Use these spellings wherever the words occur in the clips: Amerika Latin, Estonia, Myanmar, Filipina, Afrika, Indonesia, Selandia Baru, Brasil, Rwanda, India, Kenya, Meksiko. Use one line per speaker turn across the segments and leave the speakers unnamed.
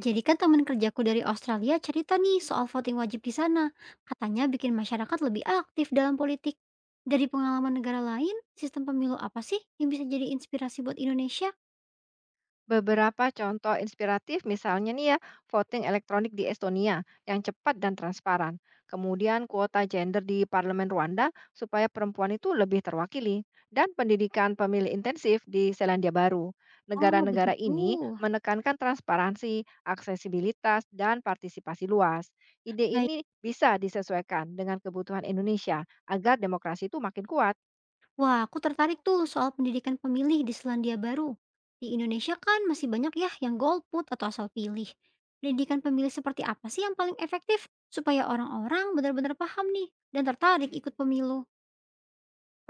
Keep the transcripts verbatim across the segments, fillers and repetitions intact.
Jadi kan teman kerjaku dari Australia cerita nih soal voting wajib di sana. Katanya bikin masyarakat lebih aktif dalam politik. Dari pengalaman negara lain, sistem pemilu apa sih yang bisa jadi inspirasi buat Indonesia?
Beberapa contoh inspiratif misalnya nih ya, voting elektronik di Estonia yang cepat dan transparan. Kemudian kuota gender di parlemen Rwanda supaya perempuan itu lebih terwakili dan pendidikan pemilih intensif di Selandia Baru.
Oh,
Negara-negara
begitu.
ini menekankan transparansi, aksesibilitas, dan partisipasi luas. Ide
Baik.
ini bisa disesuaikan dengan kebutuhan Indonesia agar demokrasi itu makin kuat.
Wah, aku tertarik tuh soal pendidikan pemilih di Selandia Baru. Di Indonesia kan masih banyak ya yang golput atau asal pilih. Pendidikan pemilih seperti apa sih yang paling efektif supaya orang-orang benar-benar paham nih dan tertarik ikut pemilu?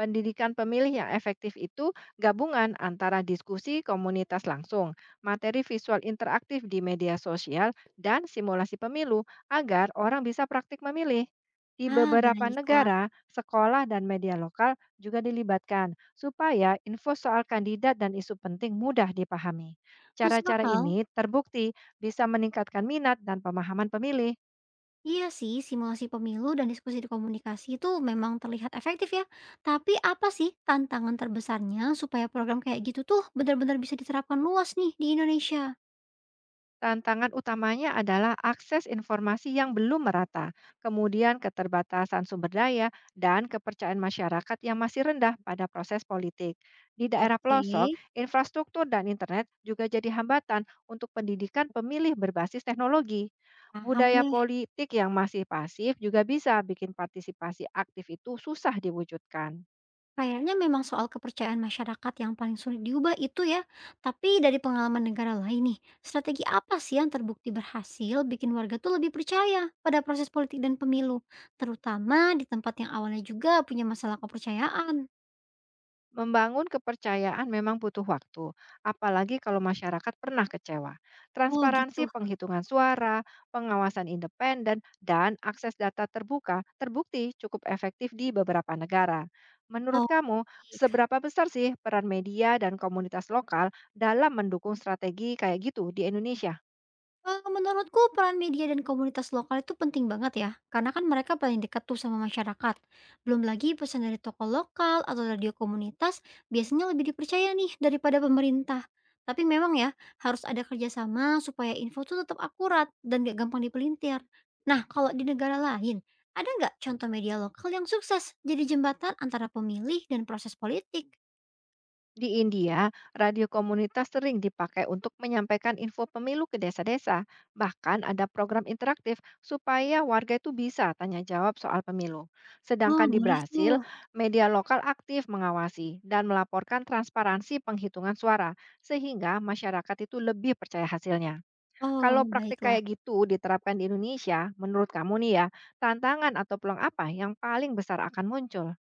Pendidikan pemilih yang efektif itu gabungan antara diskusi komunitas langsung, materi visual interaktif di media sosial, dan simulasi pemilu agar orang bisa praktik memilih. Di
Ah,
beberapa
baiklah.
negara, sekolah dan media lokal juga dilibatkan supaya info soal kandidat dan isu penting mudah dipahami.
Masuk
Cara-cara
akal.
ini terbukti bisa meningkatkan minat dan pemahaman pemilih.
Iya sih, simulasi pemilu dan diskusi di komunikasi itu memang terlihat efektif ya. Tapi apa sih tantangan terbesarnya supaya program kayak gitu tuh benar-benar bisa diterapkan luas nih di Indonesia?
Tantangan utamanya adalah akses informasi yang belum merata, kemudian keterbatasan sumber daya, dan kepercayaan masyarakat yang masih rendah pada proses politik. Di daerah
Oke,
pelosok, infrastruktur dan internet juga jadi hambatan untuk pendidikan pemilih berbasis teknologi.
paham
Budaya
deh.
politik yang masih pasif juga bisa bikin partisipasi aktif itu susah diwujudkan.
Kayaknya memang soal kepercayaan masyarakat yang paling sulit diubah itu ya. Tapi dari pengalaman negara lain nih, strategi apa sih yang terbukti berhasil bikin warga tuh lebih percaya pada proses politik dan pemilu, terutama di tempat yang awalnya juga punya masalah kepercayaan?
Membangun kepercayaan memang butuh waktu, apalagi kalau masyarakat pernah kecewa.
Oh gitu.
Transparansi penghitungan suara, pengawasan independen, dan akses data terbuka terbukti cukup efektif di beberapa negara. Menurut
Oh,
kamu,
baik.
seberapa besar sih peran media dan komunitas lokal dalam mendukung strategi kayak gitu di Indonesia?
Eee, menurutku peran media dan komunitas lokal itu penting banget ya, karena kan mereka paling dekat tuh sama masyarakat. Belum lagi pesan dari toko lokal atau radio komunitas biasanya lebih dipercaya nih daripada pemerintah. Tapi memang ya, harus ada kerjasama supaya info tuh tetap akurat dan gak gampang dipelintir. Nah, kalau di negara lain, ada nggak contoh media lokal yang sukses jadi jembatan antara pemilih dan proses politik?
Di India, radio komunitas sering dipakai untuk menyampaikan info pemilu ke desa-desa. Bahkan ada program interaktif supaya warga itu bisa tanya jawab soal pemilu.
Oh,
Sedangkan di
boleh
Brasil,
tuh.
media lokal aktif mengawasi dan melaporkan transparansi penghitungan suara, sehingga masyarakat itu lebih percaya hasilnya.
Oh,
Kalau praktik
baiklah.
kayak gitu diterapkan di Indonesia, menurut kamu nih ya, tantangan atau peluang apa yang paling besar akan muncul?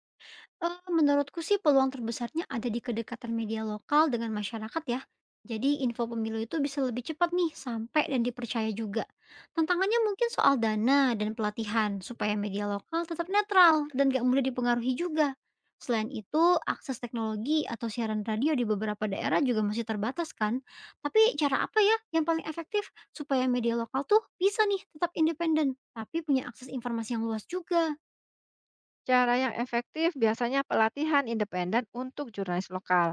Eee, menurutku sih peluang terbesarnya ada di kedekatan media lokal dengan masyarakat ya. Jadi info pemilu itu bisa lebih cepat nih sampai dan dipercaya juga. Tantangannya mungkin soal dana dan pelatihan supaya media lokal tetap netral dan gak mudah dipengaruhi juga. Selain itu, akses teknologi atau siaran radio di beberapa daerah juga masih terbatas kan. Tapi cara apa ya yang paling efektif supaya media lokal tuh bisa nih tetap independen tapi punya akses informasi yang luas juga?
Cara yang efektif biasanya pelatihan independen untuk jurnalis lokal,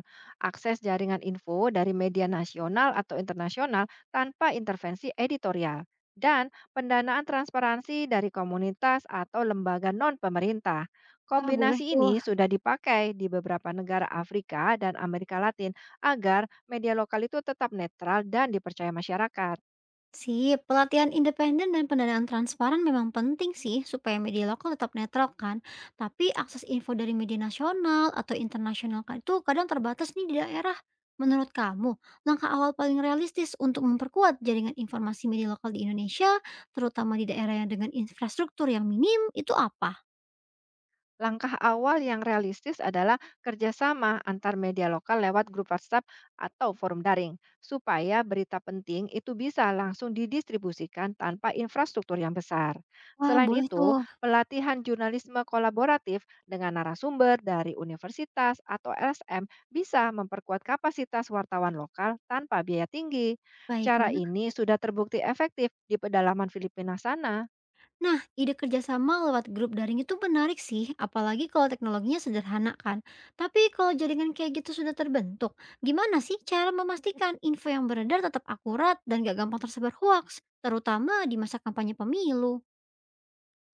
akses jaringan info dari media nasional atau internasional tanpa intervensi editorial, dan pendanaan transparansi dari komunitas atau lembaga non-pemerintah.
Wah, boleh
Kombinasi
tuh.
ini sudah dipakai di beberapa negara Afrika dan Amerika Latin agar media lokal itu tetap netral dan dipercaya masyarakat.
Sip, pelatihan independen dan pendanaan transparan memang penting sih supaya media lokal tetap netral kan. Tapi akses info dari media nasional atau internasional kan itu kadang terbatas nih di daerah. Menurut kamu, langkah awal paling realistis untuk memperkuat jaringan informasi media lokal di Indonesia, terutama di daerah yang dengan infrastruktur yang minim, itu apa?
Langkah awal yang realistis adalah kerjasama antar media lokal lewat grup WhatsApp atau forum daring, supaya berita penting itu bisa langsung didistribusikan tanpa infrastruktur yang besar.
Wah,
Selain
boleh
itu,
tuh.
pelatihan jurnalisme kolaboratif dengan narasumber dari universitas atau L S M bisa memperkuat kapasitas wartawan lokal tanpa biaya tinggi. Cara
Baiklah.
ini sudah terbukti efektif di pedalaman Filipina sana.
Nah, ide kerjasama lewat grup daring itu menarik sih, apalagi kalau teknologinya sederhana kan. Tapi kalau jaringan kayak gitu sudah terbentuk, gimana sih cara memastikan info yang beredar tetap akurat dan gak gampang tersebar hoax, terutama di masa kampanye pemilu?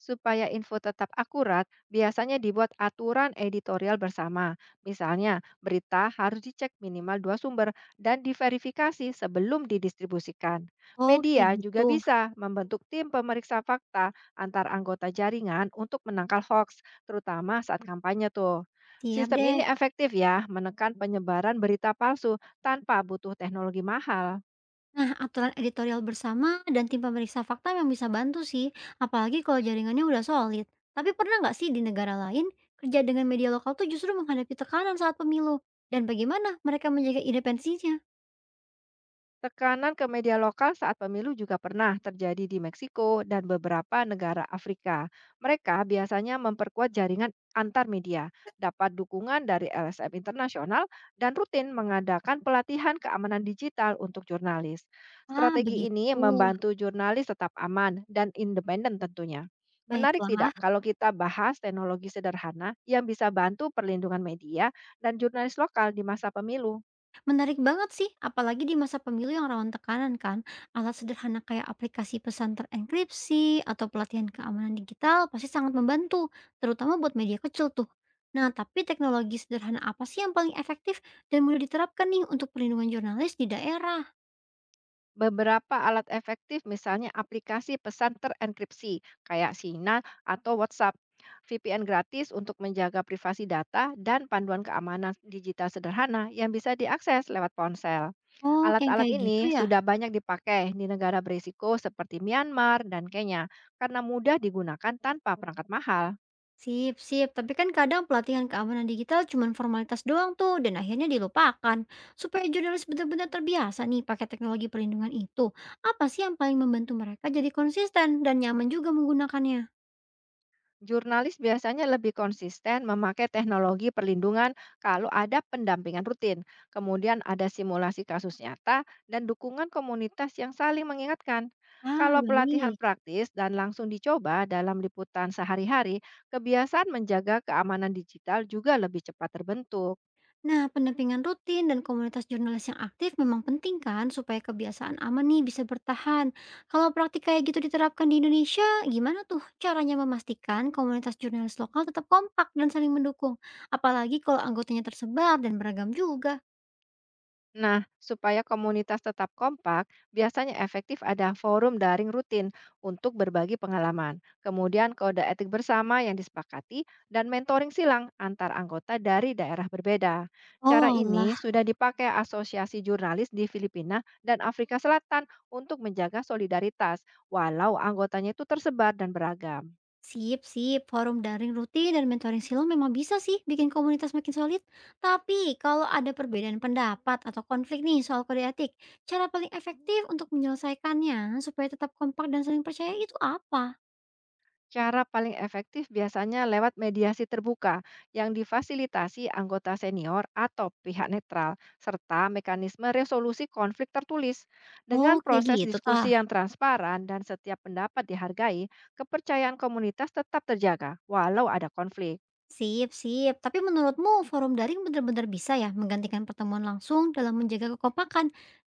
Supaya info tetap akurat, biasanya dibuat aturan editorial bersama. Misalnya, berita harus dicek minimal dua sumber dan diverifikasi sebelum didistribusikan.
Oh, kayak
Media
gitu.
juga bisa membentuk tim pemeriksa fakta antar anggota jaringan untuk menangkal hoax, terutama saat kampanye tuh.
Siap
Sistem ini
deh.
efektif ya, menekan penyebaran berita palsu tanpa butuh teknologi mahal.
Nah, aturan editorial bersama dan tim pemeriksa fakta memang bisa bantu sih, apalagi kalau jaringannya udah solid. Tapi pernah nggak sih di negara lain, kerja dengan media lokal tuh justru menghadapi tekanan saat pemilu? Dan bagaimana mereka menjaga independensinya?
Tekanan ke media lokal saat pemilu juga pernah terjadi di Meksiko dan beberapa negara Afrika. Mereka biasanya memperkuat jaringan antar media, dapat dukungan dari L S M internasional, dan rutin mengadakan pelatihan keamanan digital untuk jurnalis.
Ah,
Strategi
begitu.
ini membantu jurnalis tetap aman dan independen tentunya. Menarik tidak
Baiklah.
kalau kita bahas teknologi sederhana yang bisa bantu perlindungan media dan jurnalis lokal di masa pemilu?
Menarik banget sih, apalagi di masa pemilu yang rawan tekanan kan. Alat sederhana kayak aplikasi pesan terenkripsi atau pelatihan keamanan digital pasti sangat membantu, terutama buat media kecil tuh. Nah, tapi teknologi sederhana apa sih yang paling efektif dan mudah diterapkan nih untuk perlindungan jurnalis di daerah?
Beberapa alat efektif misalnya aplikasi pesan terenkripsi kayak Signal atau WhatsApp, V P N gratis untuk menjaga privasi data, dan panduan keamanan digital sederhana yang bisa diakses lewat ponsel.
Oh, yang
Alat-alat
kayak
ini
gitu ya?
sudah banyak dipakai di negara berisiko seperti Myanmar dan Kenya karena mudah digunakan tanpa perangkat mahal.
Sip, sip. Tapi kan kadang pelatihan keamanan digital cuma formalitas doang tuh dan akhirnya dilupakan. Supaya jurnalis benar-benar terbiasa nih pakai teknologi perlindungan itu, apa sih yang paling membantu mereka jadi konsisten dan nyaman juga menggunakannya?
Jurnalis biasanya lebih konsisten memakai teknologi perlindungan kalau ada pendampingan rutin, kemudian ada simulasi kasus nyata, dan dukungan komunitas yang saling mengingatkan.
Ah,
Kalau pelatihan
baik.
praktis dan langsung dicoba dalam liputan sehari-hari, kebiasaan menjaga keamanan digital juga lebih cepat terbentuk.
Nah, pendampingan rutin dan komunitas jurnalis yang aktif memang penting kan supaya kebiasaan aman nih bisa bertahan. Kalau praktik kayak gitu diterapkan di Indonesia, gimana tuh caranya memastikan komunitas jurnalis lokal tetap kompak dan saling mendukung? Apalagi kalau anggotanya tersebar dan beragam juga.
Nah, supaya komunitas tetap kompak, biasanya efektif ada forum daring rutin untuk berbagi pengalaman, kemudian kode etik bersama yang disepakati, dan mentoring silang antar anggota dari daerah berbeda.
Oh
Cara ini
Allah.
sudah dipakai asosiasi jurnalis di Filipina dan Afrika Selatan untuk menjaga solidaritas, walau anggotanya itu tersebar dan beragam.
Sip, sip. Forum daring rutin dan mentoring silo memang bisa sih bikin komunitas makin solid. Tapi kalau ada perbedaan pendapat atau konflik nih soal kode etik, cara paling efektif untuk menyelesaikannya supaya tetap kompak dan saling percaya itu apa?
Cara paling efektif biasanya lewat mediasi terbuka yang difasilitasi anggota senior atau pihak netral, serta mekanisme resolusi konflik tertulis.
Oh,
Dengan
kayak
proses
gitu
diskusi
tah.
yang transparan dan setiap pendapat dihargai, kepercayaan komunitas tetap terjaga walau ada konflik.
Sip, sip. Tapi menurutmu forum daring benar-benar bisa ya menggantikan pertemuan langsung dalam menjaga kekompakan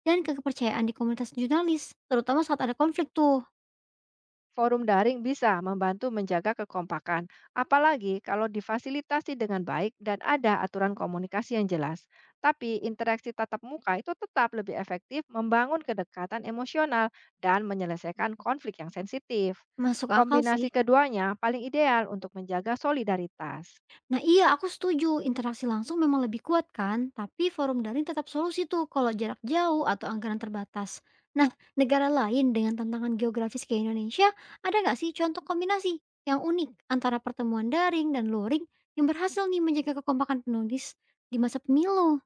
dan kepercayaan di komunitas jurnalis, terutama saat ada konflik tuh.
Forum daring bisa membantu menjaga kekompakan, apalagi kalau difasilitasi dengan baik dan ada aturan komunikasi yang jelas. Tapi interaksi tatap muka itu tetap lebih efektif membangun kedekatan emosional dan menyelesaikan konflik yang sensitif.
Masuk akal
Kombinasi
sih.
keduanya paling ideal untuk menjaga solidaritas.
Nah iya aku setuju, interaksi langsung memang lebih kuat kan, tapi forum daring tetap solusi tuh kalau jarak jauh atau anggaran terbatas. Nah, negara lain dengan tantangan geografis kayak Indonesia, ada nggak sih contoh kombinasi yang unik antara pertemuan daring dan luring yang berhasil nih menjaga kekompakan penulis di masa pemilu?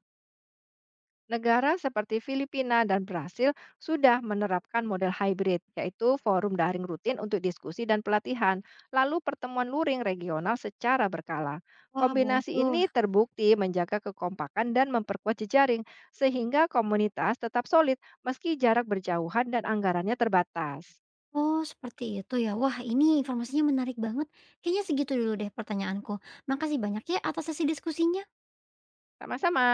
Negara seperti Filipina dan Brasil sudah menerapkan model hybrid, yaitu forum daring rutin untuk diskusi dan pelatihan, lalu pertemuan luring regional secara berkala.
Wah, boleh
Kombinasi
tuh.
ini terbukti menjaga kekompakan dan memperkuat jejaring, sehingga komunitas tetap solid meski jarak berjauhan dan anggarannya terbatas.
Oh, seperti itu ya. Wah, ini informasinya menarik banget. Kayaknya segitu dulu deh pertanyaanku. Makasih banyak ya atas sesi diskusinya.
Sama-sama.